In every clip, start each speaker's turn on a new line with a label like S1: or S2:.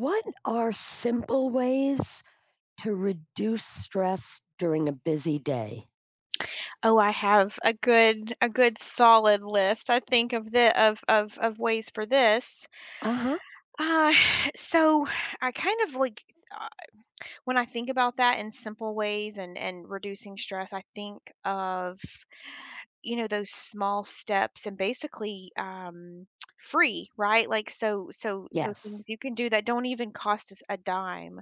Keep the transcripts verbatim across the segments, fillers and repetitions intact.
S1: What are simple ways to reduce stress during a busy day?
S2: Oh, I have a good a good solid list. I think of the of of of ways for this.
S1: Uh huh.
S2: Uh, so I kind of like uh, when I think about that in simple ways and and reducing stress, I think of you know those small steps and basically um free, right? Like so so so things
S1: Yes.
S2: you can do that don't even cost us a dime.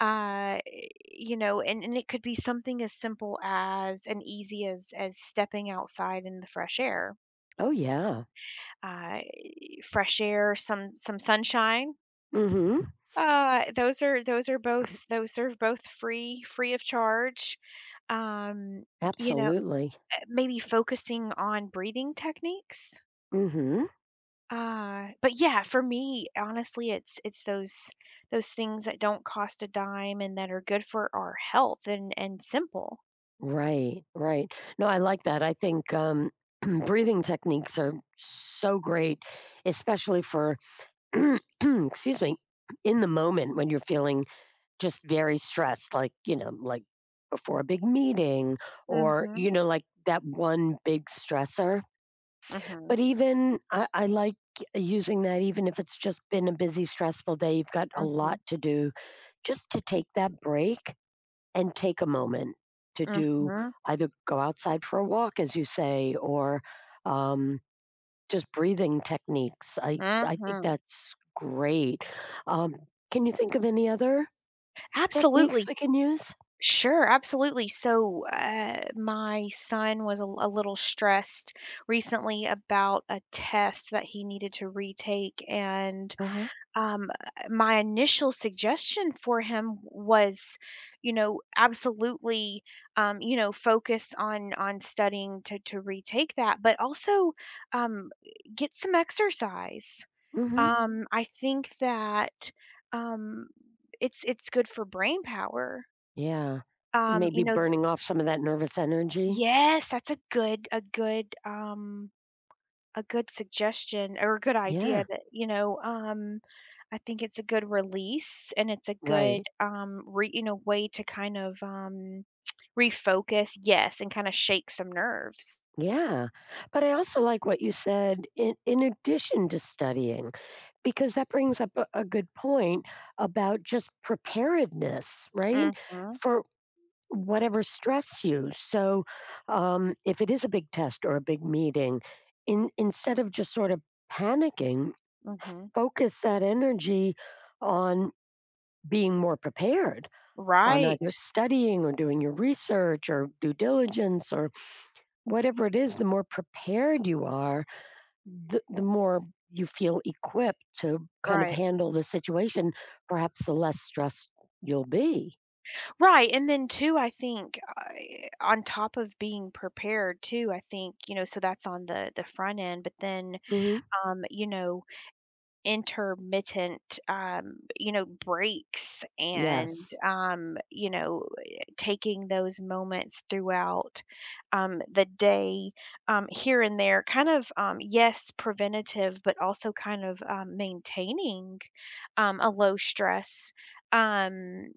S2: Uh you know and, and it could be something as simple as and easy as as stepping outside in the fresh air,
S1: Oh, yeah.
S2: uh fresh air, some some sunshine.
S1: Mm hmm.
S2: Uh those are those are both those are both free, free of charge. um you know uh,
S1: Absolutely.
S2: Maybe focusing on breathing techniques.
S1: Mm hmm.
S2: Uh but yeah, for me honestly, it's it's those those things that don't cost a dime and that are good for our health and and simple.
S1: Right. Right. No, I like that. I think um, Breathing techniques are so great, especially for, excuse me, in the moment when you're feeling just very stressed, like, you know, like before a big meeting or,
S2: Hmm.
S1: you know, like that one big stressor. But
S2: Mhm,
S1: even I I like using that even if it's just been a busy, stressful day, you've got a lot
S2: mhm,
S1: to do, just to take that break and take a moment to do
S2: mhm,
S1: either go outside for a walk, as you say, or, um, just breathing techniques. I I think
S2: mhm.
S1: that's great. Um, can you think of any other techniques
S2: Absolutely.
S1: we can use?
S2: Sure, absolutely. So, uh, my son was a a little stressed recently about a test that he needed to retake, and,
S1: Uh-huh.
S2: um, uh, my initial suggestion for him was, you know, absolutely, um, you know, focus on on studying to to retake that, but also, um, get some exercise.
S1: Mhm.
S2: Um, I think that, um, it's it's good for brain power.
S1: Yeah.
S2: Um,
S1: Maybe
S2: you know th
S1: burning off some of that nervous energy.
S2: Yes, that's a good a good, um, a good suggestion or a good
S1: Yeah,
S2: idea that, you know, um, I think it's a good release and it's a good,
S1: right.
S2: um, re you know, way to kind of, um, refocus, yes, and kinda shake some nerves.
S1: Yeah. But I also like what you said in, in addition to studying, because that brings up a, a good point about just preparedness, right?
S2: Mhm,
S1: For whatever stress you. So um, if it is a big test or a big meeting, in, instead of just sort of panicking,
S2: mhm.
S1: focus that energy on being more prepared on
S2: Right,
S1: either studying or doing your research or due diligence or whatever it is, the more prepared you are the, the more you feel equipped to kind of
S2: right.
S1: handle the situation, perhaps the less stressed you'll be.
S2: Right, and then too, I think, I on top of being prepared too, I think, you know, so that's on the the front end, but then,
S1: Hmm.
S2: um, you know, intermittent, um, you know, breaks and,
S1: Yes.
S2: um, you know, eh, taking those moments throughout, um, the day, um, here and there, kind of, um, yes, preventative, but also kind of, um, maintaining, um, a low stress, um,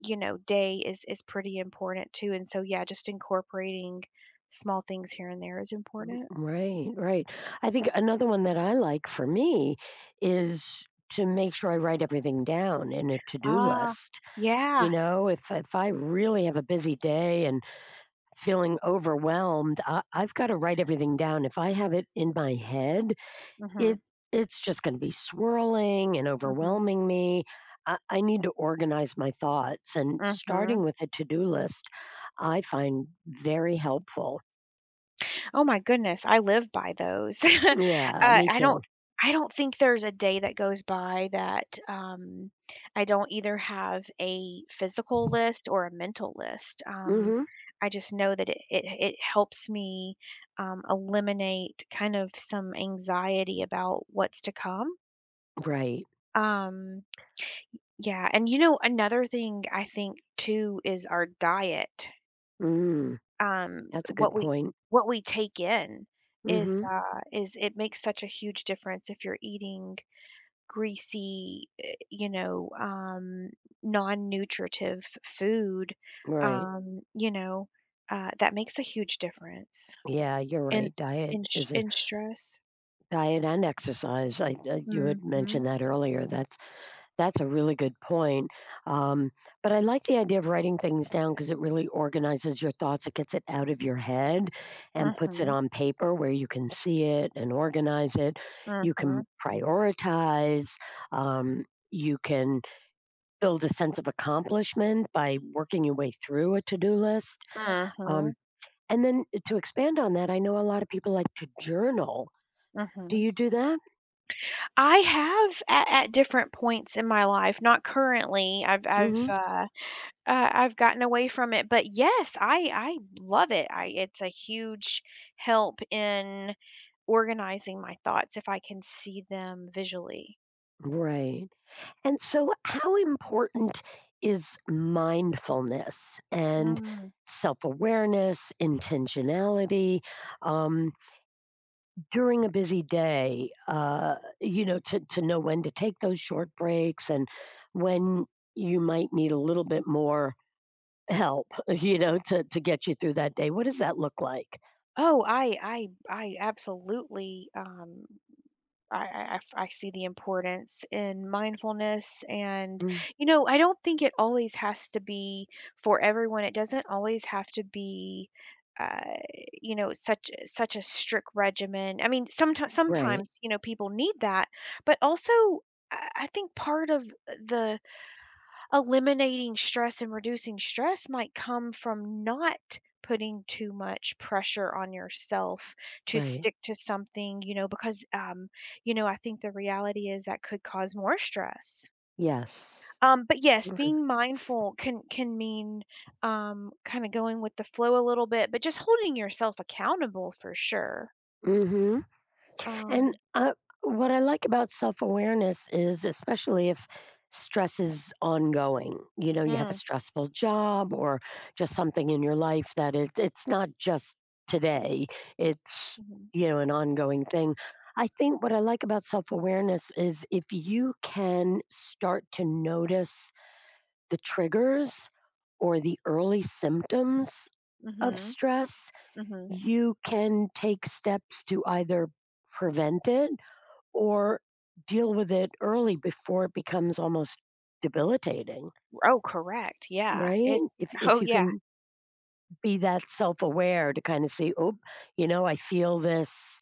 S2: you know, day is is pretty important too. And so yeah, just incorporating small things here and there is important.
S1: Right, right. I think another one that I like for me is to make sure I write everything down in a to-do
S2: Ah,
S1: list. You
S2: yeah.
S1: know, if if I really have a busy day and feeling overwhelmed, I, I've got to write everything down. If I have it in my head, it
S2: Mhm.
S1: it's just gonna be swirling and
S2: Mhm.
S1: overwhelming me. I I need to organize my thoughts, and starting
S2: Mhm.
S1: with a to-do list, I find very helpful.
S2: Oh my goodness, I live by those. uh,
S1: Yeah, me
S2: I don't,
S1: too.
S2: I don't think there's a day that goes by that um, I don't either have a physical list or a mental list. Um,
S1: Mhm.
S2: I just know that it, it, it helps me, um, eliminate kind of some anxiety about what's to come.
S1: Right.
S2: Um, yeah, and you know, another thing I think too is our diet.
S1: Mm,
S2: Um,
S1: that's a good
S2: what we
S1: point.
S2: what we take in is
S1: Mhm.
S2: uh is it makes such a huge difference if you're eating greasy, eh, you know, um, non-nutritive food.
S1: Right.
S2: Um, you know, uh that makes a huge difference
S1: Yeah, you're
S2: in,
S1: right, diet
S2: in sh-
S1: is a
S2: in stress.
S1: diet and exercise, I I you had
S2: Mhm.
S1: mentioned that earlier, that's That's a really good point. Um, but I like the idea of writing things down because it really organizes your thoughts. It gets it out of your head and
S2: Mhm.
S1: puts it
S2: Mhm.
S1: on paper where you can see it and organize it. You can
S2: Mhm.
S1: prioritize. Um, you can build a sense of accomplishment by working your way through a to do list. Um,
S2: Mhm.
S1: and then eh, to expand on that, I know a lot of people like to journal. Do
S2: Mhm.
S1: you do that?
S2: I have, at at different points in my life, not currently. I've I've,
S1: Hmm.
S2: uh, uh, I've gotten away from it, but yes, I I love it. I It's a huge help in organizing my thoughts if I can see them visually.
S1: Right. And so, how important is mindfulness and
S2: Mm.
S1: self awareness, intentionality um, during a busy day? Uh, you know, to, to know when to take those short breaks and when you might need a little bit more help, you know, to, to get you through that day. What does that look like?
S2: Oh, I I I absolutely, um, I, I, I f- I see the importance in mindfulness. And,
S1: Mm,
S2: you know, I don't think it always has to be for everyone. It doesn't always have to be, uh, you know, such such a strict regimen. I mean, sometimes
S1: right,
S2: sometimes you know people need that, but also I I think part of the eliminating stress and reducing stress might come from not putting too much pressure on yourself to
S1: right.
S2: stick to something, you know, because um, you know, I think the reality is that could cause more stress.
S1: Yes.
S2: Um, but yes, being mindful can can mean, um, kind of going with the flow a little bit but just holding yourself accountable for sure.
S1: Mm-hmm. And,
S2: Um.
S1: uh, what I like about self-awareness is especially if stress is ongoing, you know, you have a
S2: Mm,
S1: stressful job or just something in your life that it it's not just today, it's,
S2: mhm,
S1: you know, an ongoing thing. I think what I like about self-awareness is if you can start to notice the triggers or the early symptoms of
S2: mhm,
S1: stress,
S2: mhm.
S1: you can take steps to either prevent it or deal with it early before it becomes almost debilitating,
S2: Oh correct, yeah,
S1: right?
S2: it's,
S1: If if
S2: oh
S1: you
S2: yeah.
S1: can be that self-aware to kind of see, "Oh, you know, I feel this.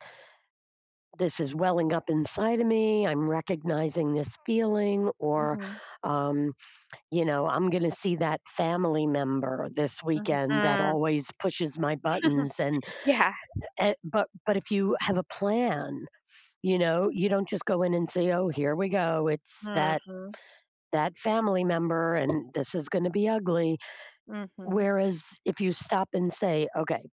S1: This is welling up inside of me. I'm recognizing this feeling," or,
S2: Mhm,
S1: um, you know, "I'm going to see that family member this
S2: mhm,
S1: weekend that
S2: mm.
S1: always pushes my buttons." And,
S2: Yeah.
S1: and but but if you have a plan, you know, you don't just go in and say, "Oh, here we go. It's that
S2: Mhm,
S1: that family member and this is going to be ugly.
S2: mhm,
S1: Whereas if you stop and say, okay,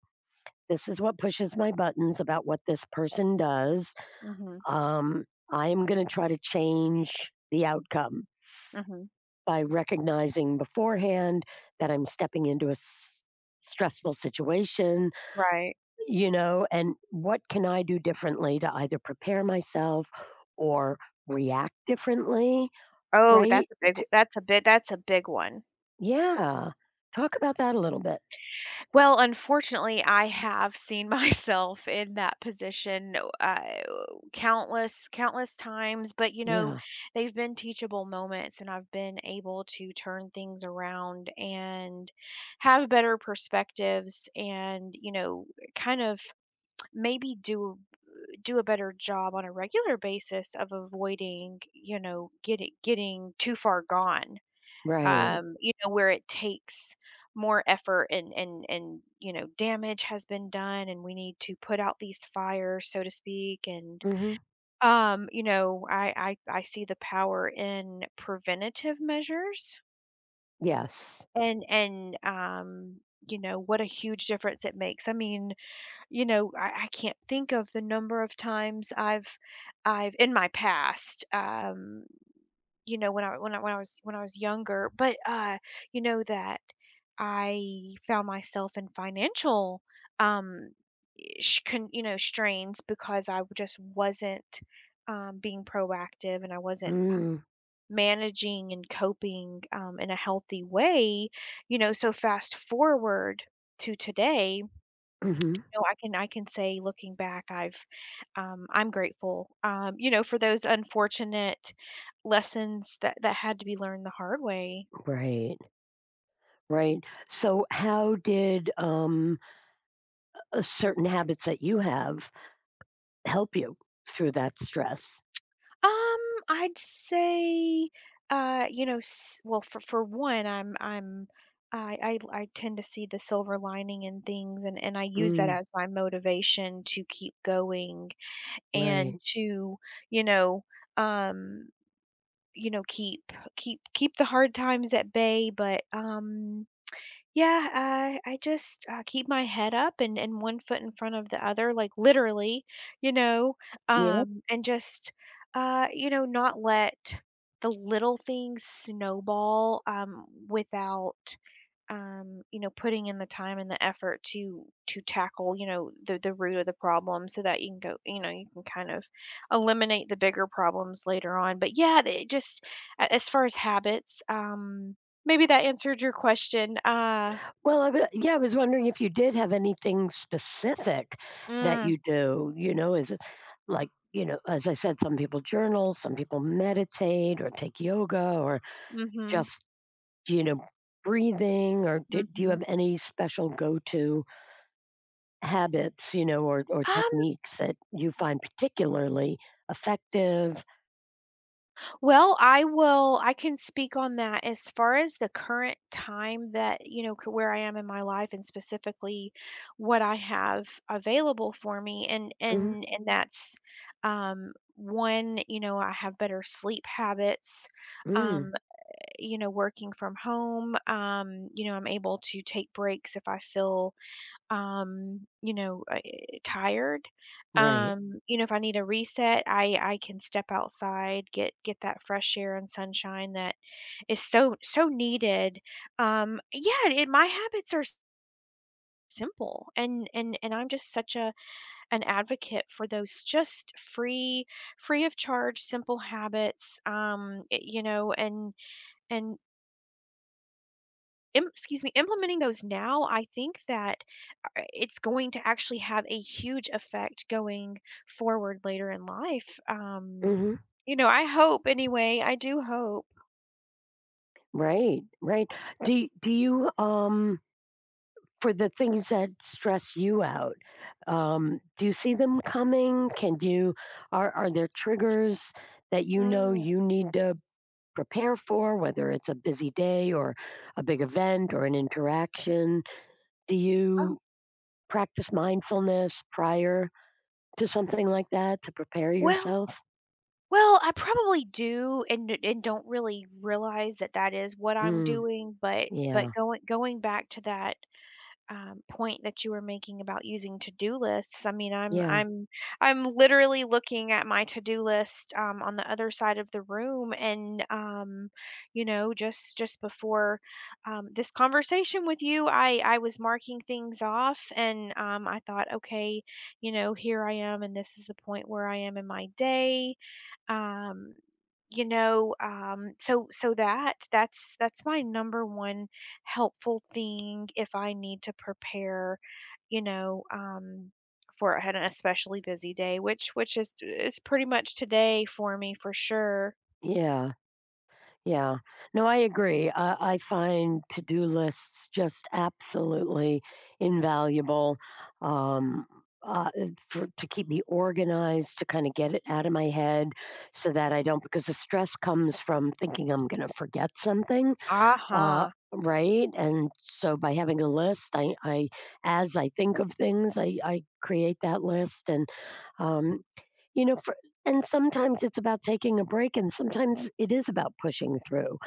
S1: this is what pushes my buttons about what this person does,
S2: mhm,
S1: um, I am going to try to change the outcome
S2: mhm.
S1: by recognizing beforehand that I'm stepping into a s- stressful situation,
S2: Right.
S1: you know, and what can I do differently to either prepare myself or react differently,
S2: Oh,
S1: right?
S2: that's a big, that's a big, that's a big one.
S1: Yeah. Talk about that a little bit.
S2: Well, unfortunately, I have seen myself in that position, uh, countless, countless times, but, you know,
S1: Yeah.
S2: they've been teachable moments, and I've been able to turn things around and have better perspectives and, you know, kind of maybe do, do a better job on a regular basis of avoiding, you know, getting, getting too far gone.
S1: Right.
S2: Um, you know, where it takes more effort and, and and you know, damage has been done and we need to put out these fires, so to speak. And
S1: Mhm.
S2: um, you know, I I, I see the power in preventative measures
S1: Yes.
S2: and and um, you know, what a huge difference it makes. I mean, you know, I, I can't think of the number of times I've, I've, in my past, um, you know, when I when I when I was when I was younger, but uh, you know that I found myself in financial, um, sh- con, you know, strains because I just wasn't, um, being proactive and I wasn't. Uh,
S1: Mm.
S2: managing and coping, um, in a healthy way, you know, so fast forward to today,
S1: Mhm.
S2: know, I can I can say looking back, I've, um, I'm grateful, um, you know, for those unfortunate lessons that that had to be learned the hard way.
S1: Right. Right. So how did, um, uh, certain habits that you have help you through that stress?
S2: Um, I'd say, uh, you know, s- well, for for one, I'm I'm I, I I tend to see the silver lining in things, and and I use that
S1: Mm.
S2: as my motivation to keep going and
S1: Right.
S2: to, you know, um, you know, keep keep keep the hard times at bay, but um, yeah, I I just, uh, keep my head up and and one foot in front of the other, like, literally, you know,
S1: Yeah.
S2: um, and just, uh, you know, not let the little things snowball, um, without, um, you know, putting in the time and the effort to to tackle, you know, the the root of the problem so that you can go, you know, you can kind of eliminate the bigger problems later on. But, yeah, it just, a as far as habits, um, maybe that answered your question, uh.
S1: Well, I w yeah, I was wondering if you did have anything specific that
S2: Mm,
S1: you do, you know, is it like, you know, as I said, some people journal, some people meditate or take yoga or
S2: mhm,
S1: just, you know, breathing or do do you
S2: mhm.
S1: have any special go-to habits, you know, or or
S2: Um,
S1: techniques that you find particularly effective?
S2: well, I will I can speak on that as far as the current time that, you know, c where I am in my life and specifically what I have available for me, and
S1: Mhm,
S2: and and that's, um, one, you know, I have better sleep habits,
S1: mm,
S2: um, you know, working from home, um, you know, I'm able to take breaks if I feel, um, you know, uh, eh, tired.
S1: right.
S2: Um, you know, if I need a reset, I I can step outside, get get that fresh air and sunshine that is so, so needed. Um, yeah, it, my habits are, s- simple and, and and I'm just such a, an advocate for those just free, free of charge simple habits, um, it- you know, and and im- excuse me, implementing those now, I think that, uh, it's going to actually have a huge effect going forward later in life. Um,
S1: Mhm.
S2: you know, I hope anyway. I do hope.
S1: Right, right. Do y do you, um for the things that stress you out, um, do you see them coming? Can you are are there triggers that you know
S2: Mm.
S1: you need to prepare for, whether it's a busy day or a big event or an interaction? Do
S2: Oh,
S1: you practice mindfulness prior to something like that to prepare
S2: well,
S1: yourself?
S2: well, I probably do, and and don't really realize that that is what I'm
S1: Mm,
S2: doing. But but
S1: yeah,
S2: going going back to that, um, point that you were making about using to-do lists. I mean, I'm
S1: yeah,
S2: I'm I'm literally looking at my to-do list, um, on the other side of the room, and um, you know, just just before, um, this conversation with you, I I was marking things off, and um, I thought, okay, you know, here I am, and this is the point where I am in my day, um, you know, um, so so that that's that's my number one helpful thing if I need to prepare, you know, um, for I had an especially busy day, which which is is pretty much today for me for sure.
S1: yeah, yeah. No, I agree. I I find to-do lists just absolutely invaluable, um, uh, for to keep me organized, to kinda get it out of my head so that I don't because the stress comes from thinking I'm gonna forget something, Uh,
S2: Uh-huh.
S1: right? And so by having a list, I I as I think of things, I I create that list and um you know for and sometimes it's about taking a break and sometimes it is about pushing through.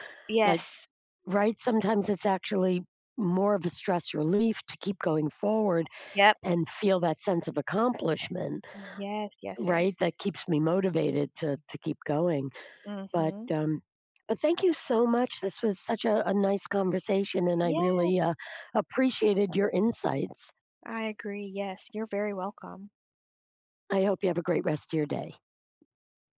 S1: Like
S2: Yes.
S1: right sometimes it's actually more of a stress relief to keep going forward
S2: Yep.
S1: and feel that sense of accomplishment,
S2: Yes, yes,
S1: right?
S2: yes.
S1: That keeps me motivated to to keep going. But,
S2: Mm-hmm.
S1: um, but thank you so much. This was such a, a nice conversation, and I
S2: Yes,
S1: really uh, appreciated your insights.
S2: I agree, yes, you're very welcome.
S1: I hope you have a great rest of your day.